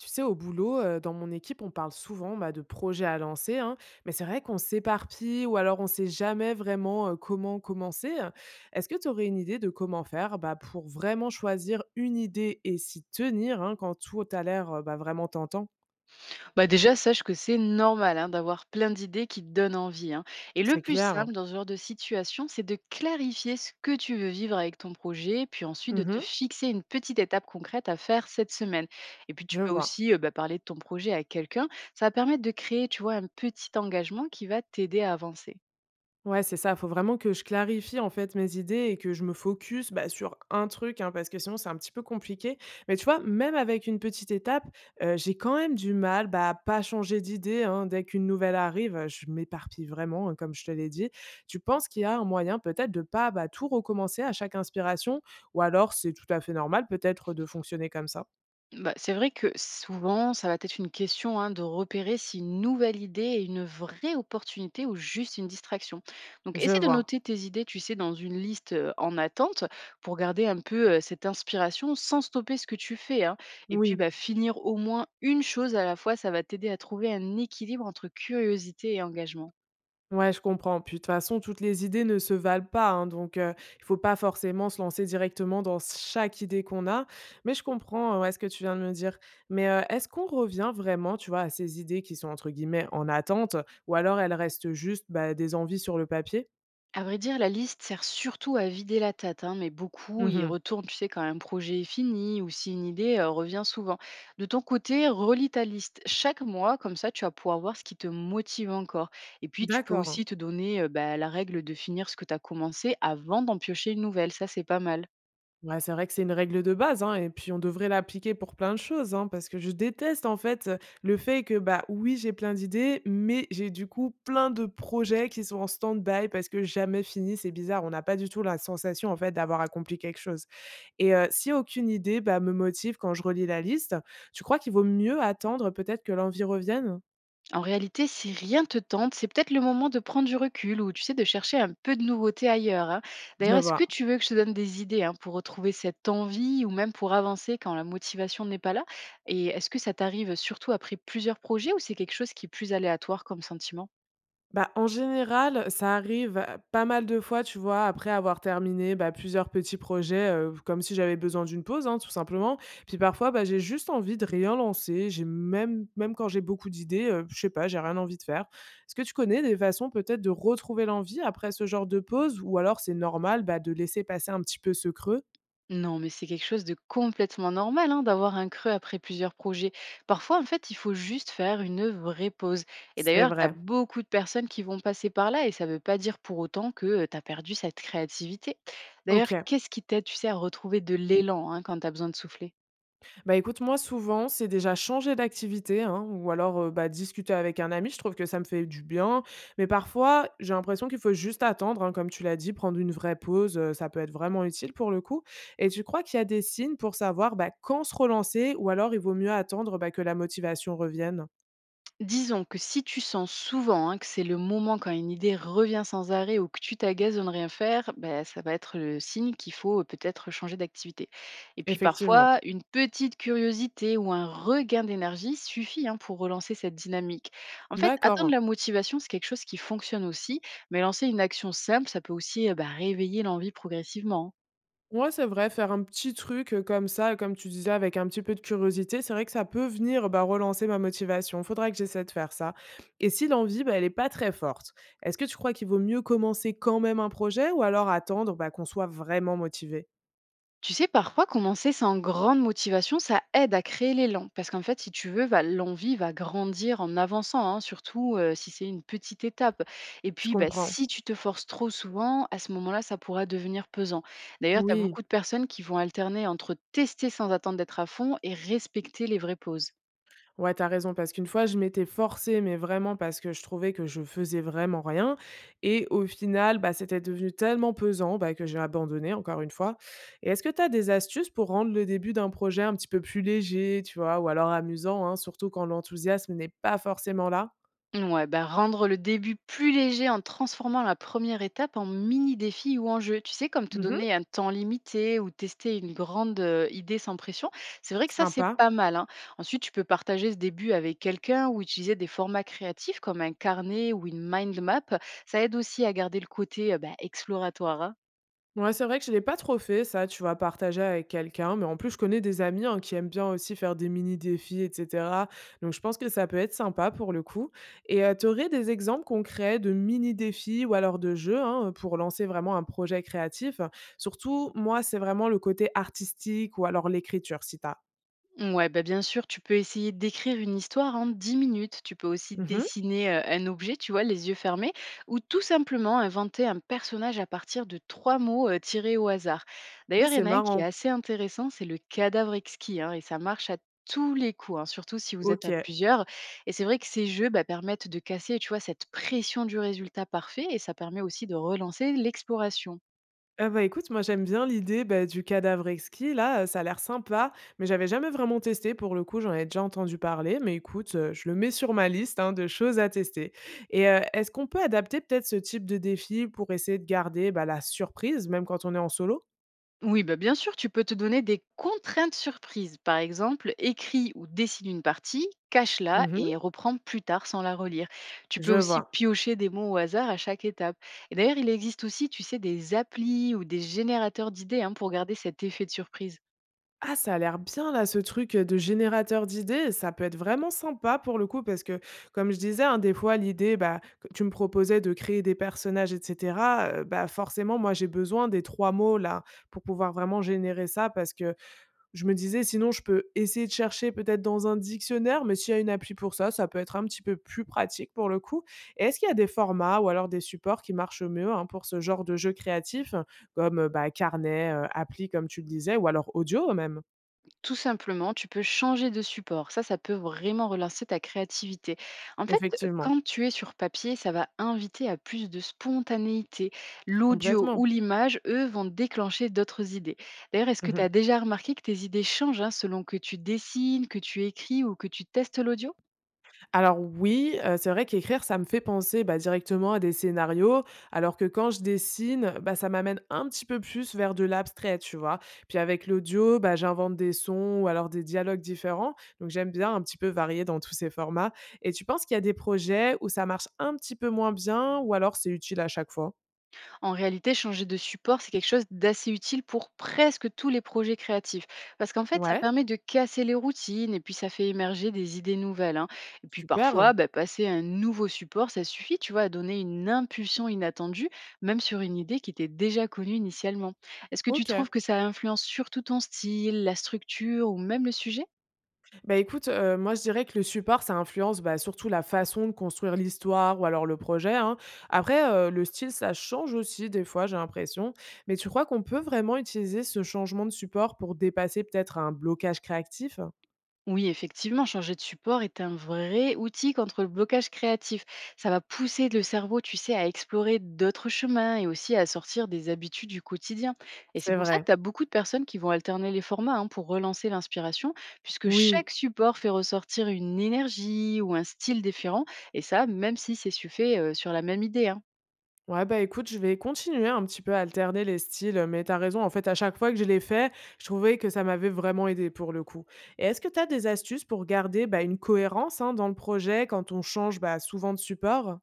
Tu sais, au boulot, dans mon équipe, on parle souvent bah, de projets à lancer, hein, mais c'est vrai qu'on s'éparpille ou alors on ne sait jamais vraiment comment commencer, hein. Est-ce que tu aurais une idée de comment faire bah, pour vraiment choisir une idée et s'y tenir hein, quand tout a l'air bah, vraiment tentant. Bah déjà, sache que c'est normal hein, d'avoir plein d'idées qui te donnent envie. Hein. Et le C'est plus clair. simple dans ce genre de situation, c'est de clarifier ce que tu veux vivre avec ton projet, puis ensuite de te Mhm, fixer une petite étape concrète à faire cette semaine. Et puis tu je peux vois. aussi bah, parler de ton projet à quelqu'un. Ça va permettre de créer, tu vois, un petit engagement qui va t'aider à avancer. Ouais, c'est ça. Il faut vraiment que je clarifie en fait mes idées et que je me focus bah, sur un truc, hein, parce que sinon c'est un petit peu compliqué. Mais tu vois, même avec une petite étape, j'ai quand même du mal bah, à pas changer d'idée, hein. Dès qu'une nouvelle arrive, je m'éparpille vraiment, hein, comme je te l'ai dit. Tu penses qu'il y a un moyen peut-être de pas bah, tout recommencer à chaque inspiration, ou alors c'est tout à fait normal peut-être de fonctionner comme ça? Bah, c'est vrai que souvent, ça va être une question hein, de repérer si une nouvelle idée est une vraie opportunité ou juste une distraction. Donc, Je essaie de vois. noter tes idées, tu sais, dans une liste en attente pour garder un peu cette inspiration sans stopper ce que tu fais. Hein. Et puis, Oui. bah, finir au moins une chose à la fois, ça va t'aider à trouver un équilibre entre curiosité et engagement. Ouais, je comprends. Puis de toute façon, toutes les idées ne se valent pas, hein, donc il faut pas forcément se lancer directement dans chaque idée qu'on a. Mais je comprends, ouais, ce que tu viens de me dire. Mais, est-ce qu'on revient vraiment, tu vois, à ces idées qui sont entre guillemets «en attente» ou alors elles restent juste, bah, des envies sur le papier? À vrai dire, la liste sert surtout à vider la tête, hein, mais beaucoup y Mmh. retournent, tu sais, quand un projet est fini ou si une idée revient souvent. De ton côté, relis ta liste chaque mois, comme ça tu vas pouvoir voir ce qui te motive encore. Et puis, tu peux D'accord. aussi te donner bah, la règle de finir ce que tu as commencé avant d'en piocher une nouvelle, ça c'est pas mal. Ouais, c'est vrai que c'est une règle de base, hein, et puis on devrait l'appliquer pour plein de choses, hein, parce que je déteste en fait le fait que, bah oui, j'ai plein d'idées, mais j'ai du coup plein de projets qui sont en stand-by parce que jamais fini, c'est bizarre, on n'a pas du tout la sensation en fait d'avoir accompli quelque chose. Et si aucune idée bah, me motive quand je relis la liste, tu crois qu'il vaut mieux attendre peut-être que l'envie revienne? En réalité, si rien te tente, c'est peut-être le moment de prendre du recul ou, tu sais, de chercher un peu de nouveauté ailleurs. Hein. Je D'ailleurs, est-ce que vois. tu veux que je te donne des idées hein, pour retrouver cette envie ou même pour avancer quand la motivation n'est pas là? Et est-ce que ça t'arrive surtout après plusieurs projets ou c'est quelque chose qui est plus aléatoire comme sentiment? Bah, en général, ça arrive pas mal de fois, tu vois, après avoir terminé, bah, plusieurs petits projets, comme si j'avais besoin d'une pause, hein, tout simplement. Puis parfois, bah, j'ai juste envie de rien lancer, j'ai même quand j'ai beaucoup d'idées, je sais pas, j'ai rien envie de faire. Est-ce que tu connais des façons peut-être de retrouver l'envie après ce genre de pause ou alors c'est normal, bah, de laisser passer un petit peu ce creux? Non, mais c'est quelque chose de complètement normal hein, d'avoir un creux après plusieurs projets. Parfois, en fait, il faut juste faire une vraie pause. Et C'est d'ailleurs, tu as vrai. beaucoup de personnes qui vont passer par là et ça ne veut pas dire pour autant que tu as perdu cette créativité. D'ailleurs, OK. qu'est-ce qui t'aide, tu sais, à retrouver de l'élan hein, quand tu as besoin de souffler? Bah, écoute, moi, souvent, c'est déjà changer d'activité, hein, ou alors, bah, discuter avec un ami. Je trouve que ça me fait du bien, mais parfois, j'ai l'impression qu'il faut juste attendre, hein, comme tu l'as dit, prendre une vraie pause, ça peut être vraiment utile pour le coup. Et tu crois qu'il y a des signes pour savoir, bah, quand se relancer ou alors il vaut mieux attendre, bah, que la motivation revienne? Disons que si tu sens souvent hein, que c'est le moment quand une idée revient sans arrêt ou que tu t'agaces de ne rien faire, bah, ça va être le signe qu'il faut peut-être changer d'activité. Et puis Effectivement. parfois, une petite curiosité ou un regain d'énergie suffit hein, pour relancer cette dynamique. En fait, atteindre D'accord. la motivation, c'est quelque chose qui fonctionne aussi, mais lancer une action simple, ça peut aussi bah, réveiller l'envie progressivement. Hein. Ouais, c'est vrai, faire un petit truc, comme ça, comme tu disais, avec un petit peu de curiosité, c'est vrai que ça peut venir, bah, relancer ma motivation. Faudrait que j'essaie de faire ça et si l'envie, bah, elle est pas très forte, est-ce que tu crois qu'il vaut mieux commencer quand même un projet ou alors attendre, bah, qu'on soit vraiment motivé? Tu sais, parfois, commencer sans grande motivation, ça aide à créer l'élan. Parce qu'en fait, si tu veux, l'envie va grandir en avançant, hein, surtout si c'est une petite étape. Et Je puis, bah, comprends. si tu te forces trop souvent, à ce moment-là, ça pourra devenir pesant. D'ailleurs, tu as Oui. beaucoup de personnes qui vont alterner entre tester sans attendre d'être à fond et respecter les vraies pauses. Ouais, t'as raison, parce qu'une fois, je m'étais forcée, mais vraiment parce que je trouvais que je faisais vraiment rien. Et au final, bah, c'était devenu tellement pesant bah, que j'ai abandonné, encore une fois. Et est-ce que t'as des astuces pour rendre le début d'un projet un petit peu plus léger, tu vois, ou alors amusant, hein, surtout quand l'enthousiasme n'est pas forcément là? Ouais, bah rendre le début plus léger en transformant la première étape en mini-défi ou en jeu. Tu sais, comme te Mhm. donner un temps limité ou tester une grande idée sans pression. C'est vrai que ça, c'est Sympa. pas mal. Hein. Ensuite, tu peux partager ce début avec quelqu'un ou utiliser des formats créatifs comme un carnet ou une mind map. Ça aide aussi à garder le côté bah, exploratoire. Hein. Ouais, c'est vrai que je l'ai pas trop fait ça, tu vois? Partager avec quelqu'un, mais en plus je connais des amis, hein, qui aiment bien aussi faire des mini défis et cetera, donc je pense que ça peut être sympa pour le coup et tu aurais des exemples concrets de mini défis ou alors de jeux, hein, pour lancer vraiment un projet créatif? Surtout, moi, c'est vraiment le côté artistique ou alors l'écriture si t'as as? Ouais, bah, bien sûr, tu peux essayer d'écrire une histoire en 10 minutes. Tu peux aussi Mmh. dessiner un objet, tu vois, les yeux fermés, ou tout simplement inventer un personnage à partir de trois mots tirés au hasard. Ah, D'ailleurs, il y en c'est a un qui est marrant. assez intéressant, c'est le cadavre exquis, hein, et ça marche à tous les coups, hein, surtout si vous êtes à OK. plusieurs. Et c'est vrai que ces jeux bah, permettent de casser, tu vois, cette pression du résultat parfait, et ça permet aussi de relancer l'exploration. Ah bah, écoute, moi j'aime bien l'idée, bah, du cadavre exquis là, ça a l'air sympa, mais j'avais jamais vraiment testé pour le coup, j'en avais déjà entendu parler, mais écoute, je le mets sur ma liste, hein, de choses à tester et est-ce qu'on peut adapter peut-être ce type de défi pour essayer de garder, bah, la surprise, même quand on est en solo? Oui, bah bien sûr, tu peux te donner des contraintes surprises. Par exemple, écris ou dessine une partie, cache-la et Mmh. reprends plus tard sans la relire. Tu peux Je aussi vois. piocher des mots au hasard à chaque étape. Et d'ailleurs, il existe aussi, tu sais, des applis ou des générateurs d'idées hein, pour garder cet effet de surprise. Ah, ça a l'air bien là, ce truc, de générateur d'idées. Ça peut être vraiment sympa pour le coup parce que, comme je disais, hein, des fois l'idée, bah, que tu me proposais de créer des personnages et cetera, bah, forcément moi j'ai besoin des 3 mots là, pour pouvoir vraiment générer ça parce que je me disais sinon je peux essayer de chercher peut-être dans un dictionnaire, mais s'il y a une appli pour ça, ça peut être un petit peu plus pratique pour le coup. Et est-ce qu'il y a des formats ou alors des supports qui marchent mieux, hein, pour ce genre de jeu créatif, comme, bah, carnet, appli comme tu le disais ou alors audio même? Tout simplement, tu peux changer de support. Ça peut vraiment relancer ta créativité. En fait, Effectivement, quand tu es sur papier, ça va inviter à plus de spontanéité. L'audio complètement. ou l'image, eux, vont déclencher d'autres idées. D'ailleurs, est-ce que tu as Mmh. déjà remarqué que tes idées changent hein, selon que tu dessines, que tu écris ou que tu testes l'audio? Alors oui, c'est vrai qu'écrire, ça me fait penser, bah, directement à des scénarios, alors que quand je dessine, bah, ça m'amène un petit peu plus vers de l'abstrait, tu vois? Puis avec l'audio, bah, j'invente des sons ou alors des dialogues différents, donc j'aime bien un petit peu varier dans tous ces formats et tu penses qu'il y a des projets où ça marche un petit peu moins bien ou alors c'est utile à chaque fois? En réalité, changer de support, c'est quelque chose d'assez utile pour presque tous les projets créatifs. Parce qu'en fait, ça Ouais, permet de casser les routines et puis ça fait émerger des idées nouvelles. Hein. Et puis parfois, super, bah, passer à un nouveau support, ça suffit, tu vois, à donner une impulsion inattendue, même sur une idée qui était déjà connue initialement. Est-ce que tu OK. trouves que ça influence surtout ton style, la structure ou même le sujet? Bah, écoute, moi, je dirais que le support, ça influence, bah, surtout la façon de construire l'histoire ou alors le projet, hein. Après, le style, ça change aussi des fois, j'ai l'impression. Mais tu crois qu'on peut vraiment utiliser ce changement de support pour dépasser peut-être un blocage créatif? Oui, effectivement, changer de support est un vrai outil contre le blocage créatif. Ça va pousser le cerveau, tu sais, à explorer d'autres chemins et aussi à sortir des habitudes du quotidien. Et c'est C'est pour ça que vrai. tu as beaucoup de personnes qui vont alterner les formats hein, pour relancer l'inspiration, puisque Oui. chaque support fait ressortir une énergie ou un style différent, et ça, même si c'est suffit sur la même idée. Hein. Ouais, bah, écoute, je vais continuer un petit peu à alterner les styles, mais t'as raison, en fait, à chaque fois que je l'ai fait, je trouvais que ça m'avait vraiment aidé pour le coup. Et est-ce que t'as des astuces pour garder, bah, une cohérence, hein, dans le projet quand on change, bah, souvent de support?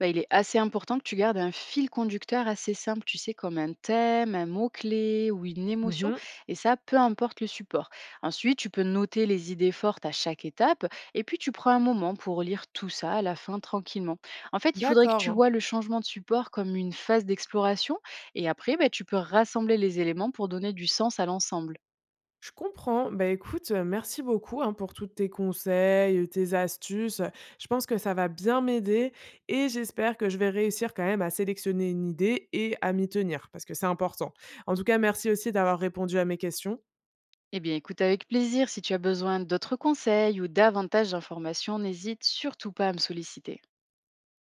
Bah, il est assez important que tu gardes un fil conducteur assez simple, tu sais, comme un thème, un mot-clé ou une émotion, Mmh. et ça, peu importe le support. Ensuite, tu peux noter les idées fortes à chaque étape, et puis tu prends un moment pour lire tout ça à la fin tranquillement. En fait, il faudrait que tu D'accord, vois le changement de support comme une phase d'exploration, et après, bah, tu peux rassembler les éléments pour donner du sens à l'ensemble. je comprends. Bah, écoute, merci beaucoup, hein, pour tous tes conseils, tes astuces, je pense que ça va bien m'aider et j'espère que je vais réussir quand même à sélectionner une idée et à m'y tenir parce que c'est important. En tout cas, merci aussi d'avoir répondu à mes questions. Eh bien, écoute avec plaisir, si tu as besoin d'autres conseils ou davantage d'informations, n'hésite surtout pas à me solliciter.